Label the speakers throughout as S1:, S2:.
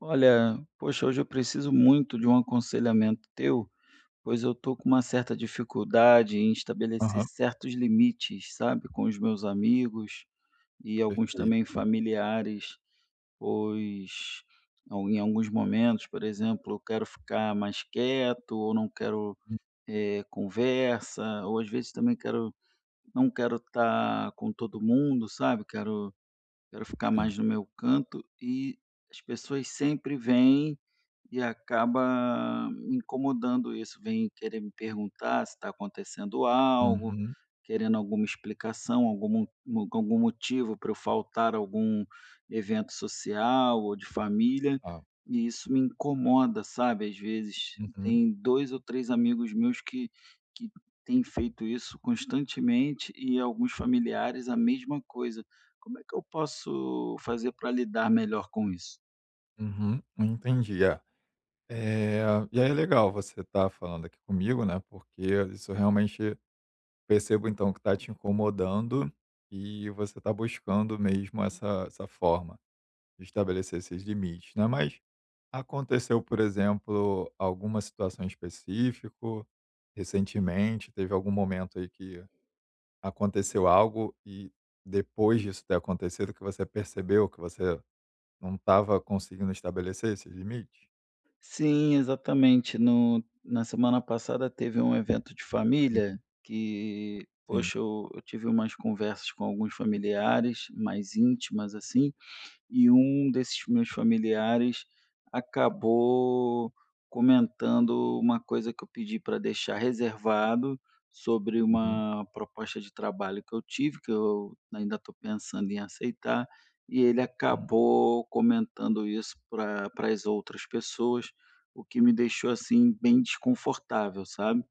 S1: Olha, poxa, hoje eu preciso muito de um aconselhamento teu, pois eu estou com uma certa dificuldade em estabelecer
S2: Aham,
S1: certos limites, sabe, com os meus amigos e alguns
S2: perfeito.
S1: também familiares, pois em alguns momentos, por exemplo, eu quero ficar mais quieto ou não quero
S2: Hum,
S1: conversa, ou às vezes também quero não quero estar com todo mundo, sabe? Quero ficar
S2: sim.
S1: mais no meu canto e as pessoas sempre vêm e acaba me incomodando isso, vem querer me perguntar se está acontecendo algo,
S2: Uhum.
S1: querendo alguma explicação, algum, algum motivo para eu faltar a algum evento social ou de família,
S2: Tá.
S1: e isso me incomoda, sabe? Às vezes
S2: Uhum,
S1: tem dois ou três amigos meus que têm feito isso constantemente e alguns familiares a mesma coisa. Como é que eu posso fazer para lidar melhor com isso?
S2: uhum. Entendi, é. Eh, e aí é legal você estar falando aqui comigo, né, porque isso realmente percebo então que está te incomodando e você está buscando mesmo essa forma de estabelecer esses limites, né. Mas aconteceu, por exemplo, alguma situação específica recentemente? Teve algum momento aí que aconteceu algo e depois disso ter acontecido que você percebeu que você não estava conseguindo estabelecer esses limites?
S1: Sim, exatamente. No na semana passada teve um evento de
S2: Hum,
S1: família que,
S2: sim.
S1: poxa, eu tive umas conversas com alguns familiares mais íntimas, assim, e um desses meus familiares acabou comentando uma coisa que eu pedi para deixar reservado sobre
S2: Uhum,
S1: uma proposta de trabalho que eu tive, que eu ainda estou pensando em aceitar, e ele
S2: uhum,
S1: acabou comentando isso para as outras pessoas, o que me deixou assim bem desconfortável, sabe?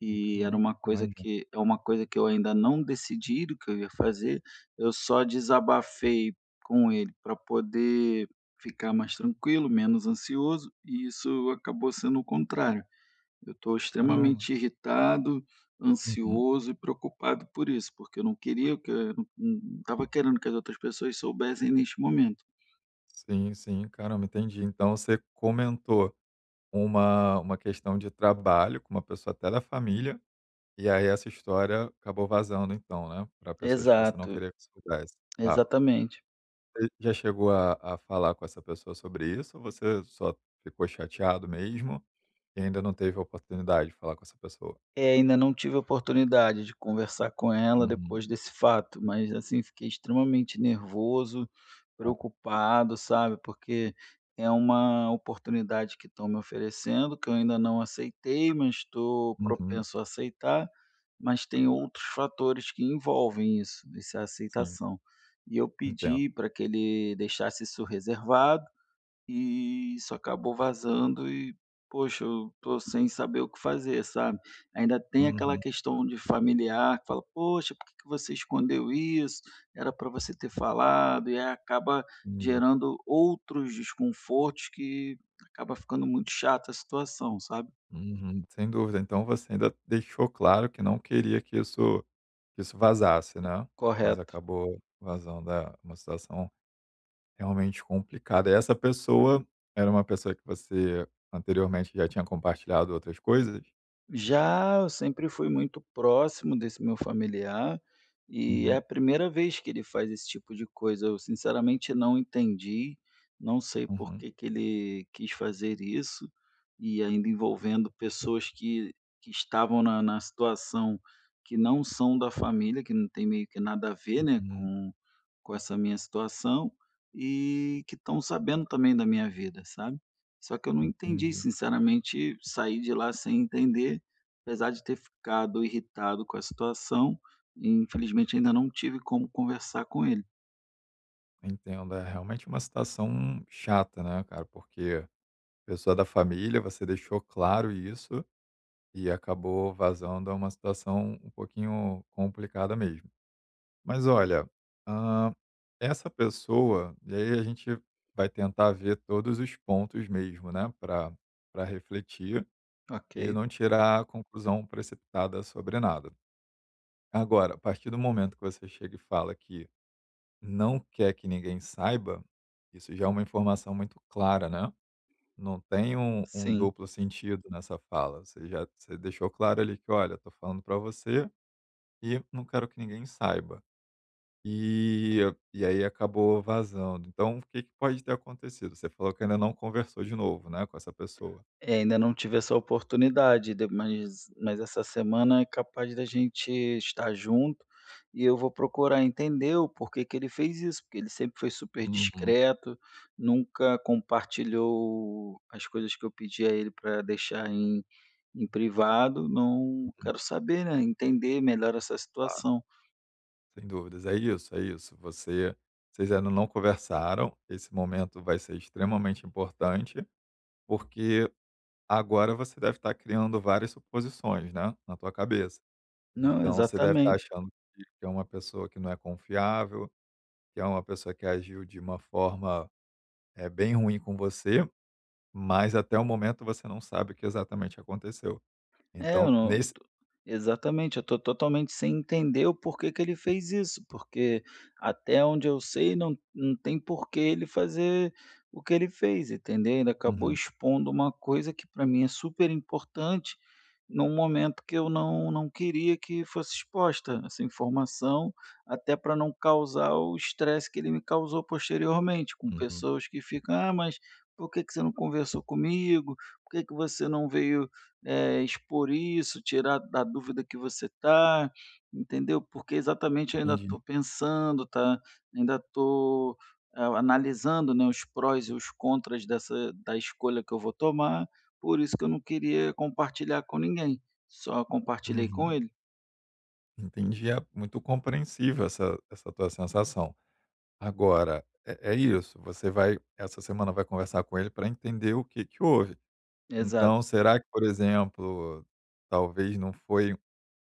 S1: E era
S2: uhum.
S1: uma coisa
S2: Imagino.
S1: que é uma coisa que eu ainda não decidi do que eu ia fazer, eu só desabafei com ele para poder ficar mais tranquilo, menos ansioso, e isso acabou sendo o contrário. Eu estou
S2: Caramba.
S1: extremamente irritado,
S2: Uhum.
S1: ansioso e preocupado por isso, porque eu não queria que eu não estava querendo que as outras pessoas soubessem neste momento.
S2: Sim, sim. Caramba, entendi. Então você comentou uma questão de trabalho com uma pessoa até da família, e aí essa história acabou vazando então, né, para pessoas que você não
S1: Exato,
S2: queria que soubesse. Tá.
S1: exatamente.
S2: Você já chegou a falar com essa pessoa sobre isso ou você só ficou chateado mesmo? E ainda não teve a oportunidade de falar com essa pessoa.
S1: É, ainda não tive a oportunidade de conversar com ela
S2: Uhum.
S1: depois desse fato, mas assim, fiquei extremamente nervoso,
S2: É.
S1: preocupado, sabe? Porque é uma oportunidade que estão me oferecendo, que eu ainda não aceitei, mas estou
S2: Uhum.
S1: propenso a aceitar, mas tem outros fatores que envolvem isso, essa
S2: Sim,
S1: aceitação. E eu
S2: entendo.
S1: pedi para que ele deixasse isso reservado e isso acabou vazando e, poxa, eu tô sem saber o que fazer, sabe. Ainda tem aquela
S2: Uhum.
S1: questão de familiar que fala: "Poxa, por que que você escondeu isso? Era para você ter falado", e aí acaba
S2: Entendi.
S1: gerando outros desconfortos que acaba ficando muito chata a situação, sabe.
S2: Uhum. Sem dúvida. Então você ainda deixou claro que não queria que isso vazasse, né, mas
S1: Correto.
S2: acabou vazando. É, uma situação realmente complicada. E essa pessoa era uma pessoa que você anteriormente já tinha compartilhado outras coisas?
S1: Já, eu sempre fui muito próximo desse meu familiar, e é a
S2: Uhum.
S1: primeira vez que ele faz esse tipo de coisa. Eu sinceramente não entendi, não sei por
S2: Uhum.
S1: que que ele quis fazer isso, e ainda envolvendo pessoas que estavam na situação, que não são da família, que não tem meio que nada a ver, né,
S2: Uhum.
S1: com essa minha situação, e que estão sabendo também da minha vida, sabe. Só que eu não entendi,
S2: Entendi.
S1: sinceramente, saí de lá sem entender. Apesar de ter ficado irritado com a situação, infelizmente ainda não tive como conversar com ele.
S2: Entendo. É realmente uma situação chata, né, cara, porque pessoa da família, você deixou claro isso e acabou vazando a uma situação um pouquinho complicada mesmo. Mas olha, hã, essa pessoa e aí a gente vai tentar ver todos os pontos mesmo, né, para refletir e
S1: Ok,
S2: não tirar a conclusão precipitada sobre nada. Agora, a partir do momento que você chega e fala que não quer que ninguém saiba, isso já é uma informação muito clara, né. Não tem um
S1: sim.
S2: duplo sentido nessa fala, você já você deixou claro ali que: "Olha, tô falando para você e não quero que ninguém saiba". E e aí acabou vazando. Então, o que que pode ter acontecido? Você falou que ainda não conversou de novo, né, com essa pessoa.
S1: É, ainda não tive essa oportunidade, mas essa semana é capaz da gente estar junto e eu vou procurar entender o porquê que ele fez isso, porque ele sempre foi super
S2: Uhum,
S1: discreto, nunca compartilhou as coisas que eu pedi a ele para deixar em, em privado. Não quero saber, né? Entender melhor essa
S2: claro,
S1: situação.
S2: sem dúvidas. É isso, é isso. Vocês ainda não conversaram, esse momento vai ser extremamente importante, porque agora você deve estar criando várias suposições, né, na tua cabeça.
S1: Não,
S2: Então você deve estar
S1: exatamente.
S2: achando que é uma pessoa que não é confiável, que é uma pessoa que agiu de uma forma, é bem ruim com você, mas até o momento você não sabe o que exatamente aconteceu.
S1: É,
S2: Então nesse
S1: eu tô totalmente sem entender o porquê que ele fez isso, porque até onde eu sei não tem porquê ele fazer o que ele fez, entendeu? Ele acabou
S2: uhum,
S1: expondo uma coisa que para mim é super importante, num momento que eu não queria que fosse exposta essa informação, até para não causar o estresse que ele me causou posteriormente, com
S2: uhum,
S1: pessoas que ficam: "Ah, mas por que que você não conversou comigo? Por que que você não veio expor isso, tirar da dúvida que você está, entendeu? Porque exatamente eu ainda
S2: entendi.
S1: estou pensando, tá? Ainda estou analisando, né, os prós e os contras dessa da escolha que eu vou tomar, por isso que eu não queria compartilhar com ninguém, só compartilhei com
S2: Uhum,
S1: ele.
S2: entendi, é muito compreensível essa tua sensação. Agora, é isso, você vai essa semana vai conversar com ele para entender o que que houve.
S1: Exato.
S2: Então, será que, por exemplo, talvez não foi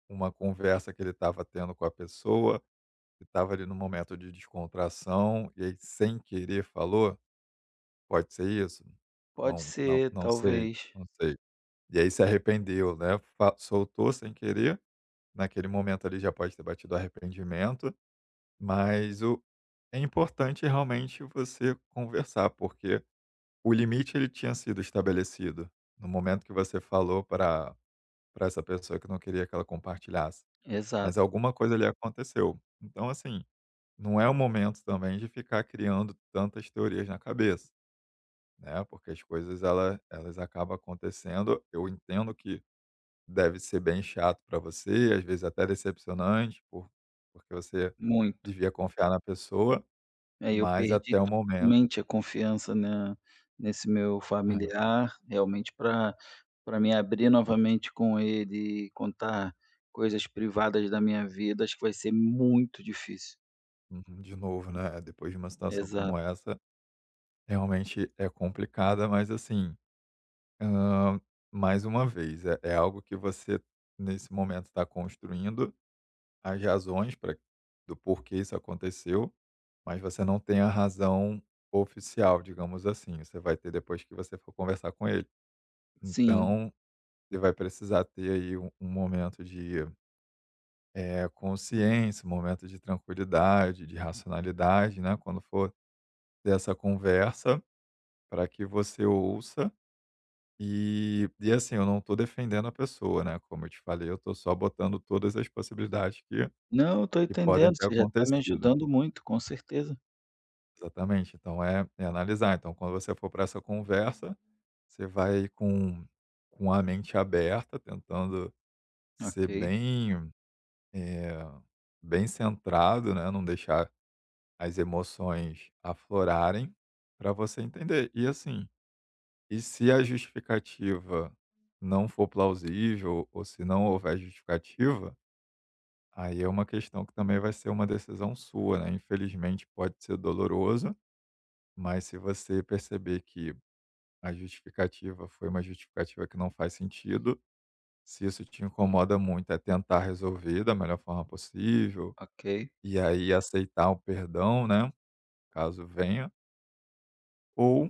S2: uma conversa que ele estava tendo com a pessoa, que estava ali no momento de descontração e aí sem querer falou? Pode ser isso?
S1: Pode
S2: Não, não,
S1: ser,
S2: não sei,
S1: talvez.
S2: não sei. E aí se arrependeu, né? Fa soltou sem querer, naquele momento ali já pode ter batido arrependimento, mas o é importante realmente você conversar, porque o limite ele tinha sido estabelecido. No momento que você falou para essa pessoa que não queria que ela compartilhasse, mas
S1: Exato.
S2: alguma coisa ali aconteceu. Então, assim, não é o momento também de ficar criando tantas teorias na cabeça, né, porque as coisas elas acabam acontecendo. Eu entendo que deve ser bem chato para você, às vezes até decepcionante, porque você
S1: Muito.
S2: devia confiar na pessoa,
S1: Aí eu
S2: mas até
S1: perdi
S2: o momento
S1: totalmente a confiança na nesse meu
S2: é,
S1: familiar, realmente para me abrir novamente com ele e contar coisas privadas da minha vida, acho que vai ser muito difícil.
S2: uhum, de novo, né, depois de uma situação como
S1: Exato.
S2: essa, realmente é complicada, mas assim Hã, mais uma vez, é algo que você, nesse momento, está construindo as razões pra do porquê isso aconteceu, mas você não tem a razão oficial, digamos assim, você vai ter depois que você for conversar com ele.
S1: Sim.
S2: Então, você vai precisar ter aí um momento de, consciência, um momento de tranquilidade, de racionalidade, né, quando for ter essa conversa, para que você ouça E assim, eu não estou defendendo a pessoa, né, como eu te falei, eu estou só botando todas as possibilidades que
S1: Não, eu tô
S2: que podem
S1: entendendo,
S2: ter
S1: você já está me
S2: acontecido.
S1: ajudando muito, com certeza.
S2: Exatamente, então é analisar. Então quando você for para essa conversa, você vai com a mente aberta, tentando
S1: Ok,
S2: ser eh, bem centrado, né, não deixar as emoções aflorarem, para você entender. E assim E se a justificativa não for plausível ou se não houver justificativa, aí é uma questão que também vai ser uma decisão sua, né. Infelizmente pode ser doloroso, mas se você perceber que a justificativa foi uma justificativa que não faz sentido, se isso te incomoda muito, é tentar resolver da melhor forma possível,
S1: ok.
S2: e aí aceitar o perdão, né, caso venha, ou,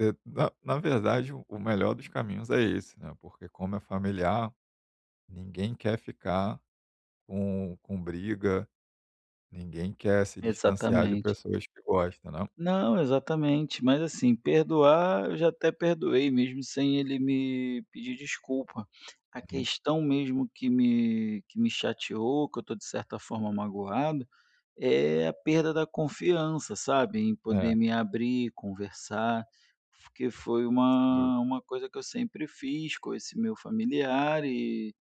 S2: na verdade o melhor dos caminhos é esse, né, porque como é familiar Ninguém quer ficar com briga, ninguém quer se distanciar de
S1: Exatamente.
S2: pessoas que gostam, né.
S1: Não, exatamente. Mas assim, perdoar, eu já até perdoei mesmo sem ele me pedir desculpa. A
S2: Uhum.
S1: questão mesmo que me chateou, que eu estou de certa forma magoado, é a perda da confiança, sabe, em
S2: É,
S1: poder me abrir, conversar, porque foi
S2: do
S1: uma coisa que eu sempre fiz com esse meu familiar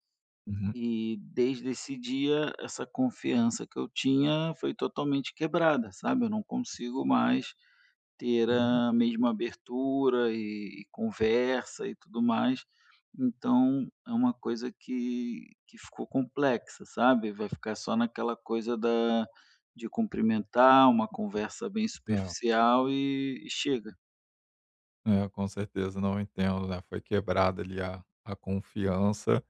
S2: uhum,
S1: e desde esse dia, essa confiança que eu tinha foi totalmente quebrada, sabe, eu não consigo mais ter
S2: uhum.
S1: a mesma abertura e conversa e tudo mais. Então é uma coisa que ficou complexa, sabe, vai ficar só naquela coisa da de cumprimentar, uma conversa bem superficial e chega.
S2: É, é, com certeza, não, entendo, né, foi quebrada ali a confiança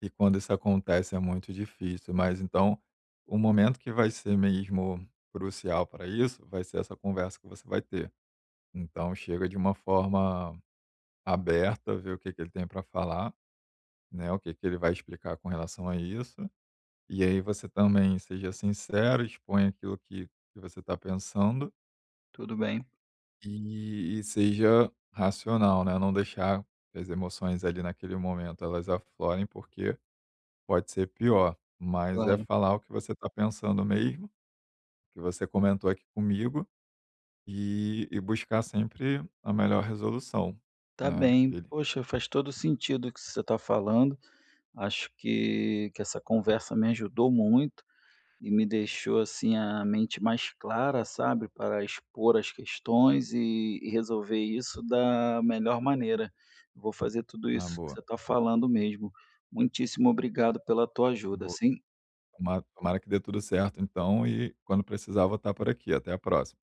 S2: e quando isso acontece é muito difícil. Mas então, o momento que vai ser mesmo crucial para isso, vai ser essa conversa que você vai ter. Então chega de uma forma aberta, ver o que que ele tem para falar, né, o que que ele vai explicar com relação a isso E aí você também seja sincero, exponha aquilo que você está pensando
S1: Tudo bem,
S2: e seja racional, né, não deixar que as emoções ali naquele momento elas aflorem, porque pode ser pior. Mas é
S1: claro.
S2: falar o que você está pensando mesmo, que você comentou aqui comigo, e buscar sempre a melhor resolução,
S1: Tá
S2: né,
S1: bem.
S2: filho.
S1: Poxa, faz todo sentido o que você está falando. Acho que essa conversa me ajudou muito. E me deixou, assim, a mente mais clara, sabe, para expor as questões e resolver isso da melhor maneira. Vou fazer tudo
S2: Ah,
S1: isso que
S2: boa,
S1: você está falando mesmo. Muitíssimo obrigado pela tua
S2: ah,
S1: ajuda,
S2: boa.
S1: sim.
S2: Tomara tomara que dê tudo certo então e quando precisar vou estar por aqui. Até a próxima.